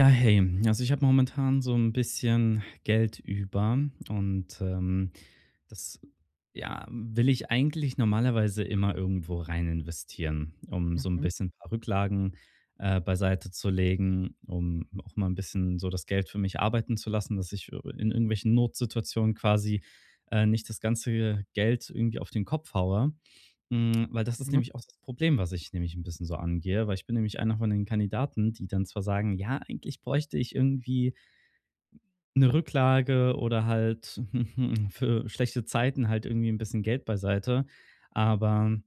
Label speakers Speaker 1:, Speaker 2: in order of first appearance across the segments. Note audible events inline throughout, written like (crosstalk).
Speaker 1: Ja, hey, also ich habe momentan so ein bisschen Geld über und das, ja, will ich eigentlich normalerweise immer irgendwo rein investieren, um so ein
Speaker 2: Mhm,
Speaker 1: bisschen ein paar Rücklagen beiseite zu legen, um auch mal ein bisschen so das Geld für mich arbeiten zu lassen, dass ich in irgendwelchen Notsituationen quasi nicht das ganze Geld irgendwie auf den Kopf haue. Weil das ist
Speaker 2: mhm.
Speaker 1: nämlich auch das Problem, was ich nämlich ein bisschen so angehe, weil ich bin nämlich einer von den Kandidaten, die dann zwar sagen: „Ja, eigentlich bräuchte ich irgendwie eine Rücklage oder halt (laughs) für schlechte Zeiten halt irgendwie ein bisschen Geld beiseite“, aber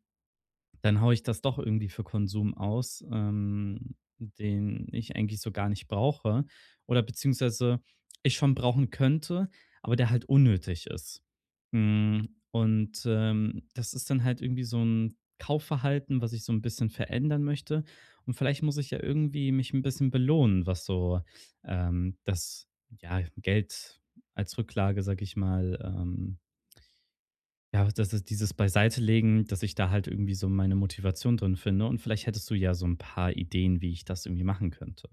Speaker 1: dann haue ich das doch irgendwie für Konsum aus, den ich eigentlich so gar nicht brauche oder beziehungsweise ich schon brauchen könnte, aber der halt unnötig ist. Das ist dann halt irgendwie so ein Kaufverhalten, was ich so ein bisschen verändern möchte und vielleicht muss ich ja irgendwie mich ein bisschen belohnen, was so, das, ja, Geld als Rücklage, sag ich mal, ja, das ist dieses Beiseitelegen, dass ich da halt irgendwie so meine Motivation drin finde und vielleicht hättest du ja so ein paar Ideen, wie ich das irgendwie machen könnte.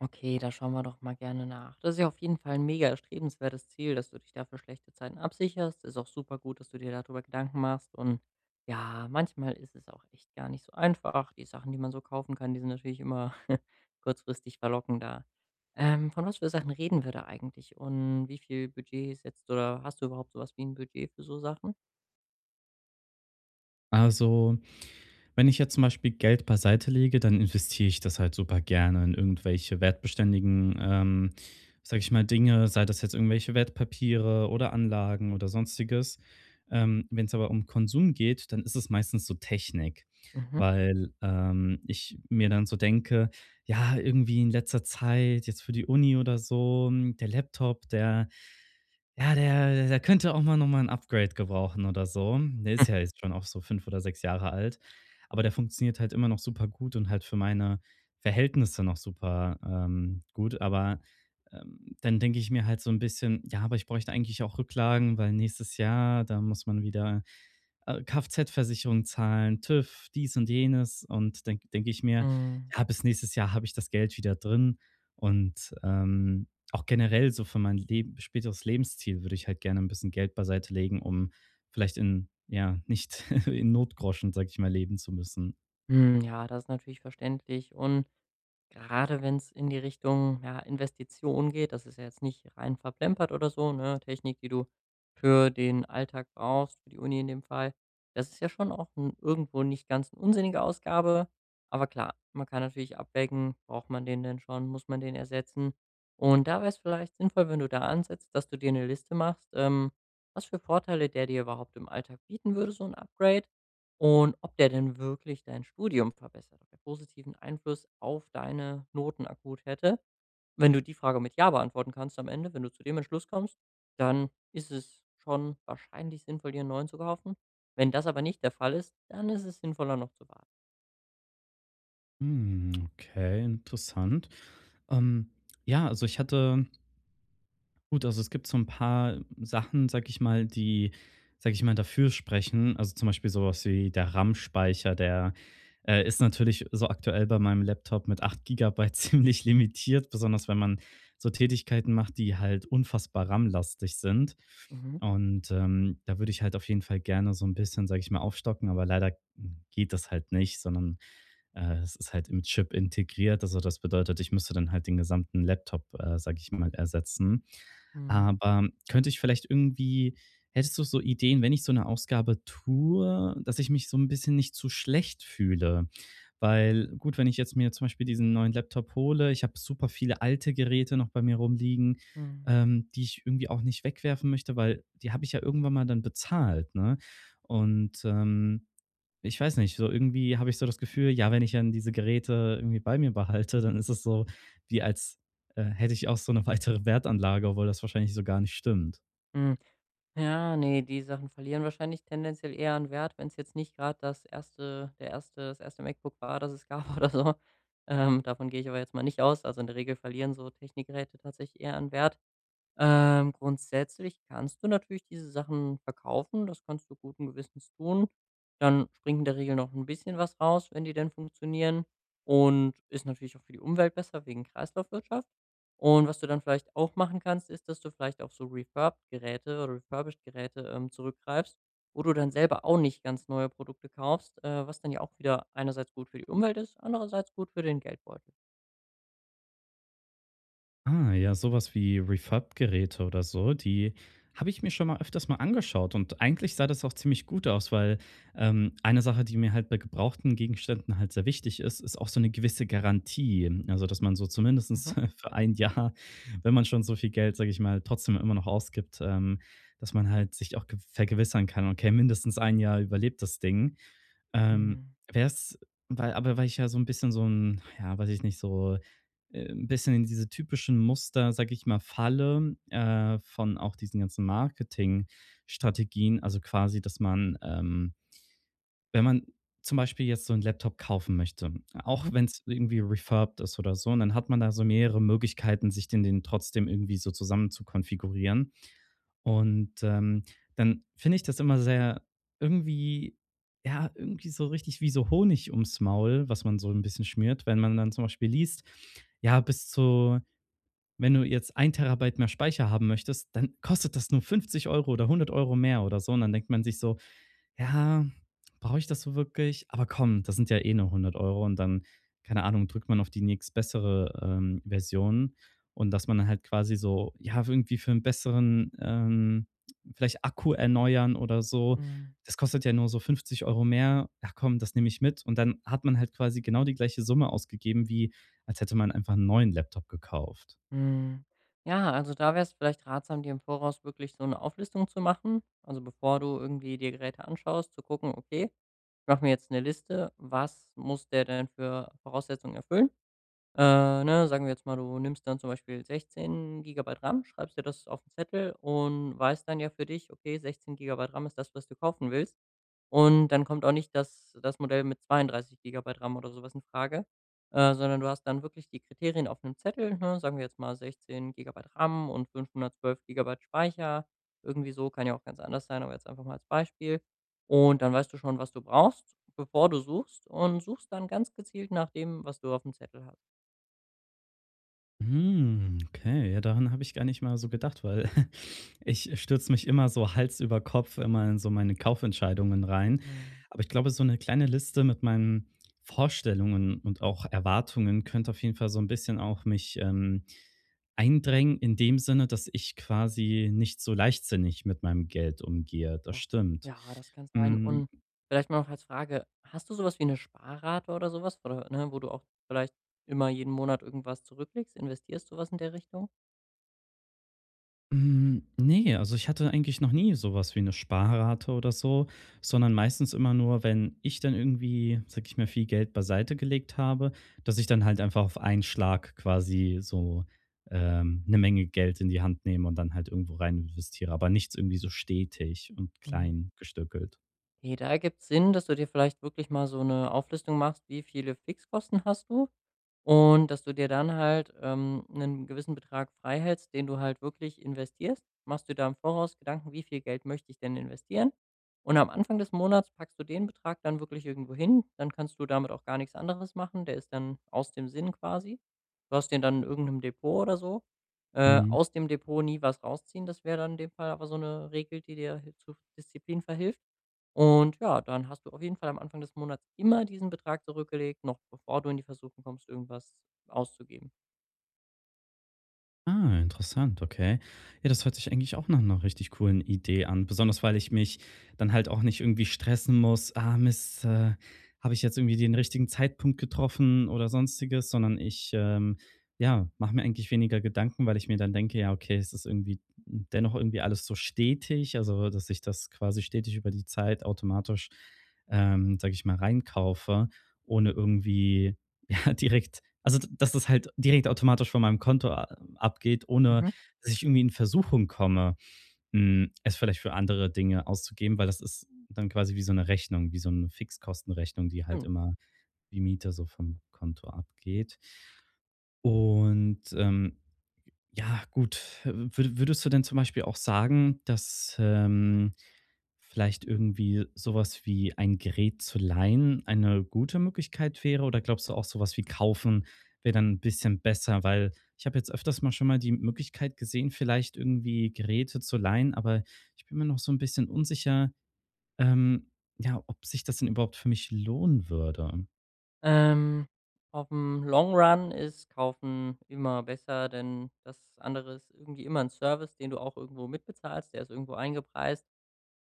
Speaker 2: Okay, da schauen wir doch mal gerne nach. Das ist ja auf jeden Fall ein mega erstrebenswertes Ziel, dass du dich da für schlechte Zeiten absicherst. Ist auch super gut, dass du dir darüber Gedanken machst und ja, manchmal ist es auch echt gar nicht so einfach. Die Sachen, die man so kaufen kann, die sind natürlich immer (laughs) kurzfristig verlockender. Von was für Sachen reden wir da eigentlich und wie viel Budget setzt oder hast du überhaupt sowas wie ein Budget für so Sachen?
Speaker 1: Also, wenn ich jetzt zum Beispiel Geld beiseite lege, dann investiere ich das halt super gerne in irgendwelche wertbeständigen, sage ich mal, Dinge, sei das jetzt irgendwelche Wertpapiere oder Anlagen oder sonstiges. Wenn es aber um Konsum geht, dann ist es meistens so Technik,
Speaker 2: Mhm.
Speaker 1: weil ich mir dann so denke, ja, irgendwie in letzter Zeit, jetzt für die Uni oder so, der Laptop, der ja, der der könnte auch mal noch mal 'n Upgrade gebrauchen oder so. Der ist ja jetzt schon auch so 5 oder 6 Jahre alt, aber der funktioniert halt immer noch super gut und halt für meine Verhältnisse noch super gut. Aber dann denke ich mir halt so ein bisschen: „Ja, aber ich bräuchte eigentlich auch Rücklagen, weil nächstes Jahr, da muss man wieder Kfz-Versicherung zahlen, TÜV, dies und jenes.“ Und dann denke ich mir,
Speaker 2: Hm.
Speaker 1: ja, bis nächstes Jahr habe ich das Geld wieder drin. Auch generell so für mein Leb späteres Lebensziel würde ich halt gerne ein bisschen Geld beiseite legen, um vielleicht in, ja, nicht (laughs) in Notgroschen, sag ich mal, leben zu müssen.
Speaker 2: Hm, ja, das ist natürlich verständlich und gerade wenn es in die Richtung, ja, Investition geht, das ist ja jetzt nicht rein verplempert oder so, ne? Technik, die du für den Alltag brauchst, für die Uni in dem Fall. Das ist ja schon auch 'n irgendwo nicht ganz eine unsinnige Ausgabe. Aber klar, man kann natürlich abwägen, braucht man den denn schon, muss man den ersetzen? Und da wäre es vielleicht sinnvoll, wenn du da ansetzt, dass du dir eine Liste machst, was für Vorteile der dir überhaupt im Alltag bieten würde, so ein Upgrade. Und ob der denn wirklich dein Studium verbessert, ob der positiven Einfluss auf deine Noten akut hätte. Wenn du die Frage mit Ja beantworten kannst am Ende, wenn du zu dem Entschluss kommst, dann ist es schon wahrscheinlich sinnvoll, dir 'n neuen zu kaufen. Wenn das aber nicht der Fall ist, dann ist es sinnvoller, noch zu warten.
Speaker 1: Hm, okay, interessant. Ähm, ja, also ich hatte gut, also es gibt so ein paar Sachen, sage ich mal, die dafür sprechen. Also, zum Beispiel sowas wie der RAM-Speicher ist natürlich so aktuell bei meinem Laptop mit 8 GB (laughs) ziemlich limitiert, besonders wenn man so Tätigkeiten macht, die halt unfassbar RAM-lastig sind.
Speaker 2: Mhm.
Speaker 1: Und da würde ich halt auf jeden Fall gerne so ein bisschen, sage ich mal, aufstocken, aber leider geht das halt nicht, sondern es ist halt im Chip integriert. Also, das bedeutet, ich müsste dann halt den gesamten Laptop, sage ich mal, ersetzen.
Speaker 2: Mhm.
Speaker 1: Aber könnte ich vielleicht hättest du so Ideen, wenn ich so eine Ausgabe tue, dass ich mich so ein bisschen nicht zu schlecht fühle? Weil gut, wenn ich jetzt mir zum Beispiel diesen neuen Laptop hole, ich habe super viele alte Geräte noch bei mir rumliegen,
Speaker 2: Mhm.
Speaker 1: die ich irgendwie auch nicht wegwerfen möchte, weil die habe ich ja irgendwann mal dann bezahlt, ne? Und ich weiß nicht, so irgendwie habe ich so das Gefühl, ja, wenn ich dann diese Geräte irgendwie bei mir behalte, dann ist es so, wie als hätte ich auch so eine weitere Wertanlage, obwohl das wahrscheinlich so gar nicht stimmt.
Speaker 2: Mhm. Ja, ne, die Sachen verlieren wahrscheinlich tendenziell eher an Wert, wenn es jetzt nicht gerade das erste, der erste, das erste MacBook war, das es gab (laughs) oder so. Davon gehe ich aber jetzt mal nicht aus. Also, in der Regel verlieren so Technikgeräte tatsächlich eher an Wert. Grundsätzlich kannst du natürlich diese Sachen verkaufen, das kannst du guten Gewissens tun. Dann springt in der Regel noch ein bisschen was raus, wenn die denn funktionieren und ist natürlich auch für die Umwelt besser wegen Kreislaufwirtschaft. Und was du dann vielleicht auch machen kannst, ist, dass du vielleicht auf so Refurbed-Geräte oder Refurbished-Geräte, zurückgreifst, wo du dann selber auch nicht ganz neue Produkte kaufst, was dann ja auch wieder einerseits gut für die Umwelt ist, andererseits gut für den Geldbeutel.
Speaker 1: Ah, ja, sowas wie Refurb-Geräte oder so, die habe ich mir schon mal öfters mal angeschaut und eigentlich sah das auch ziemlich gut aus, weil eine Sache, die mir halt bei gebrauchten Gegenständen halt sehr wichtig ist, ist auch so eine gewisse Garantie. Also, dass man so
Speaker 2: Mhm.
Speaker 1: zumindestens (laughs) für ein Jahr, wenn man schon so viel Geld, sage ich mal, trotzdem immer noch ausgibt, dass man halt sich auch ge vergewissern kann: „Okay, mindestens ein Jahr überlebt das Ding.“ ähm,
Speaker 2: Mhm.
Speaker 1: wär's Weil weil ich ja so ein bisschen so 'n ja, weiß ich nicht, 'n bisschen in diese typischen Muster, sage ich mal, falle von auch diesen ganzen Marketingstrategien. Also, quasi, dass man, wenn man zum Beispiel jetzt so einen Laptop kaufen möchte,
Speaker 2: Mhm.
Speaker 1: auch wenn es irgendwie refurbed ist oder so, und dann hat man da so mehrere Möglichkeiten, sich den trotzdem irgendwie so zusammen zu konfigurieren. Und, ähm, Dann finde ich das immer sehr irgendwie ja, irgendwie so richtig wie so Honig ums Maul, was man so ein bisschen schmiert, wenn man dann zum Beispiel liest, ja, bis zu wenn du jetzt 1 TB mehr Speicher haben möchtest, dann kostet das nur 50 € oder 100 € mehr oder so. Und dann denkt man sich so: ja, brauche ich das so wirklich? Aber komm, das sind ja eh nur 100 € und dann, keine Ahnung, drückt man auf die nächstbessere Version und dass man dann halt quasi so, ja, irgendwie für einen besseren, vielleicht Akku erneuern oder so.
Speaker 2: Mhm.
Speaker 1: Das kostet ja nur so 50 € mehr. Ach komm, das nehme ich mit. Und dann hat man halt quasi genau die gleiche Summe ausgegeben, wie als hätte man einfach 'n neuen Laptop gekauft.
Speaker 2: Hm. Ja, also da wäre es vielleicht ratsam, dir im Voraus wirklich so eine Auflistung zu machen. Also, bevor du irgendwie dir Geräte anschaust, zu gucken: „Okay, ich mache mir jetzt eine Liste, was muss der denn für Voraussetzungen erfüllen?“ Ne, sagen wir jetzt mal, du nimmst dann zum Beispiel 16 Gigabyte RAM, schreibst dir das auf 'n Zettel und weißt dann ja für dich: „Okay, 16 Gigabyte RAM ist das, was du kaufen willst.“ Und dann kommt auch nicht das Modell mit 32 Gigabyte RAM oder sowas in Frage, sondern du hast dann wirklich die Kriterien auf einem Zettel, ne? Sagen wir jetzt mal 16 Gigabyte RAM und 512 Gigabyte Speicher. Irgendwie so, kann ja auch ganz anders sein, aber jetzt einfach mal als Beispiel. Und dann weißt du schon, was du brauchst, bevor du suchst und suchst dann ganz gezielt nach dem, was du auf dem Zettel hast.
Speaker 1: Hm, okay, ja, daran habe ich gar nicht mal so gedacht, weil (laughs) ich stürze mich immer so Hals über Kopf immer in so meine Kaufentscheidungen rein.
Speaker 2: Mhm.
Speaker 1: Aber ich glaube, so eine kleine Liste mit meinen Vorstellungen und auch Erwartungen könnte auf jeden Fall so ein bisschen auch mich eindrängen in dem Sinne, dass ich quasi nicht so leichtsinnig mit meinem Geld umgehe. Das
Speaker 2: Das
Speaker 1: stimmt.
Speaker 2: ja, das kann sein.
Speaker 1: Hm,
Speaker 2: Und vielleicht mal noch als Frage, hast du sowas wie eine Sparrate oder sowas, oder, ne, wo du auch vielleicht immer jeden Monat irgendwas zurücklegst? Investierst du was in der Richtung?
Speaker 1: Hm, ne, also ich hatte eigentlich noch nie sowas wie eine Sparrate oder so, sondern meistens immer nur, wenn ich dann irgendwie, sage ich mal, viel Geld beiseite gelegt habe, dass ich dann halt einfach auf einen Schlag quasi so, 'ne Menge Geld in die Hand nehme und dann halt irgendwo rein investiere, aber nichts irgendwie so stetig und
Speaker 2: Mhm.
Speaker 1: klein gestückelt.
Speaker 2: Okay, da ergibt's Sinn, dass du dir vielleicht wirklich mal so eine Auflistung machst, wie viele Fixkosten hast du. Und dass du dir dann halt, 'nen gewissen Betrag frei hältst, den du halt wirklich investierst. Machst du da im Voraus Gedanken: „Wie viel Geld möchte ich denn investieren?“ Und am Anfang des Monats packst du den Betrag dann wirklich irgendwo hin. Dann kannst du damit auch gar nichts anderes machen. Der ist dann aus dem Sinn quasi. Du hast den dann in irgendeinem Depot oder so.
Speaker 1: Mhm.
Speaker 2: Aus dem Depot nie was rausziehen, das wäre dann in dem Fall aber so eine Regel, die dir hi zu Disziplin verhilft. Und ja, dann hast du auf jeden Fall am Anfang des Monats immer diesen Betrag zurückgelegt, noch bevor du in die Versuchung kommst, irgendwas auszugeben.
Speaker 1: Ah, interessant, okay. Ja, das hört sich eigentlich auch nach 'ner richtig coolen Idee an, besonders weil ich mich dann halt auch nicht irgendwie stressen muss: „Ah, Mist, habe ich jetzt irgendwie den richtigen Zeitpunkt getroffen oder Sonstiges?“ Sondern ich, ja, mache mir eigentlich weniger Gedanken, weil ich mir dann denke: „Ja, okay, es ist irgendwie dennoch irgendwie alles so stetig“, also, dass ich das quasi stetig über die Zeit automatisch, sage ich mal, reinkaufe, ohne irgendwie (laughs) ja, direkt. Also, dass das halt direkt automatisch von meinem Konto a abgeht, ohne
Speaker 2: Mhm.
Speaker 1: dass ich irgendwie in Versuchung komme, es vielleicht für andere Dinge auszugeben, weil das ist dann quasi wie so eine Rechnung, wie so eine Fixkostenrechnung, die halt
Speaker 2: Stimmt.
Speaker 1: immer wie Miete so vom Konto abgeht. Und, ähm ja, gut. Würdest du denn zum Beispiel auch sagen, dass vielleicht irgendwie sowas wie ein Gerät zu leihen eine gute Möglichkeit wäre? Oder glaubst du auch sowas wie kaufen wäre dann ein bisschen besser? Weil ich habe jetzt öfters mal schon mal die Möglichkeit gesehen, vielleicht irgendwie Geräte zu leihen, aber ich bin mir noch so ein bisschen unsicher, ähm, ja, ob sich das denn überhaupt für mich lohnen würde.
Speaker 2: Ähm, Auf dem Long Run ist Kaufen immer besser, denn das andere ist irgendwie immer ein Service, den du auch irgendwo mitbezahlst, der ist irgendwo eingepreist.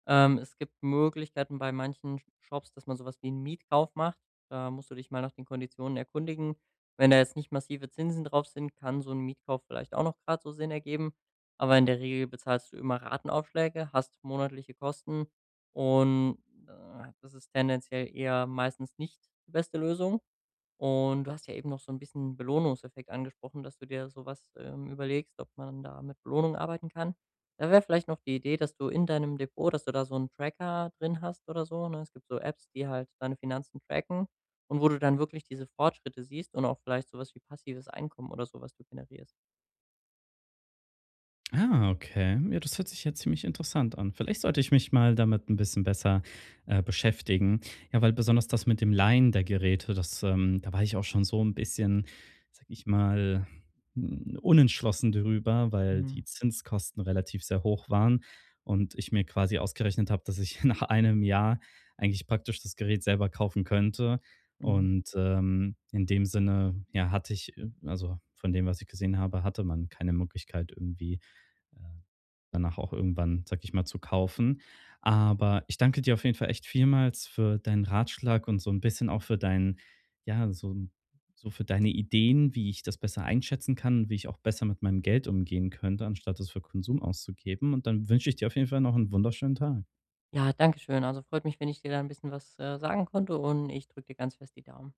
Speaker 2: Es gibt Möglichkeiten bei manchen Shops, dass man sowas wie einen Mietkauf macht. Da musst du dich mal nach den Konditionen erkundigen. Wenn da jetzt nicht massive Zinsen drauf sind, kann so ein Mietkauf vielleicht auch noch gerade so Sinn ergeben. Aber in der Regel bezahlst du immer Ratenaufschläge, hast monatliche Kosten und, das ist tendenziell eher meistens nicht die beste Lösung. Und du hast ja eben noch so ein bisschen Belohnungseffekt angesprochen, dass du dir sowas überlegst, ob man da mit Belohnung arbeiten kann. Da wäre vielleicht noch die Idee, dass du in deinem Depot dass du da so einen Tracker drin hast oder so, ne? Es gibt so Apps, die halt deine Finanzen tracken und wo du dann wirklich diese Fortschritte siehst und auch vielleicht sowas wie passives Einkommen oder so, was du generierst.
Speaker 1: Ah, okay. Ja, das hört sich ja ziemlich interessant an. Vielleicht sollte ich mich mal damit ein bisschen besser beschäftigen. Ja, weil besonders das mit dem Leihen der Geräte, da war ich auch schon so ein bisschen, sag ich mal, unentschlossen darüber, weil
Speaker 2: Mhm,
Speaker 1: die Zinskosten relativ sehr hoch waren und ich mir quasi ausgerechnet habe, dass ich (laughs) nach einem Jahr eigentlich praktisch das Gerät selber kaufen könnte.
Speaker 2: mhm.
Speaker 1: Und in dem Sinne, ja, hatte ich, also, von dem, was ich gesehen habe, hatte man keine Möglichkeit, irgendwie äh, danach auch irgendwann, sag ich mal, zu kaufen. Aber ich danke dir auf jeden Fall echt vielmals für deinen Ratschlag und so ein bisschen auch für deinen ja, so für deine Ideen, wie ich das besser einschätzen kann und wie ich auch besser mit meinem Geld umgehen könnte, anstatt es für Konsum auszugeben. Und dann wünsche ich dir auf jeden Fall noch einen wunderschönen Tag.
Speaker 2: Ja, danke schön. Also, freut mich, wenn ich dir da ein bisschen was, sagen konnte und ich drücke dir ganz fest die Daumen.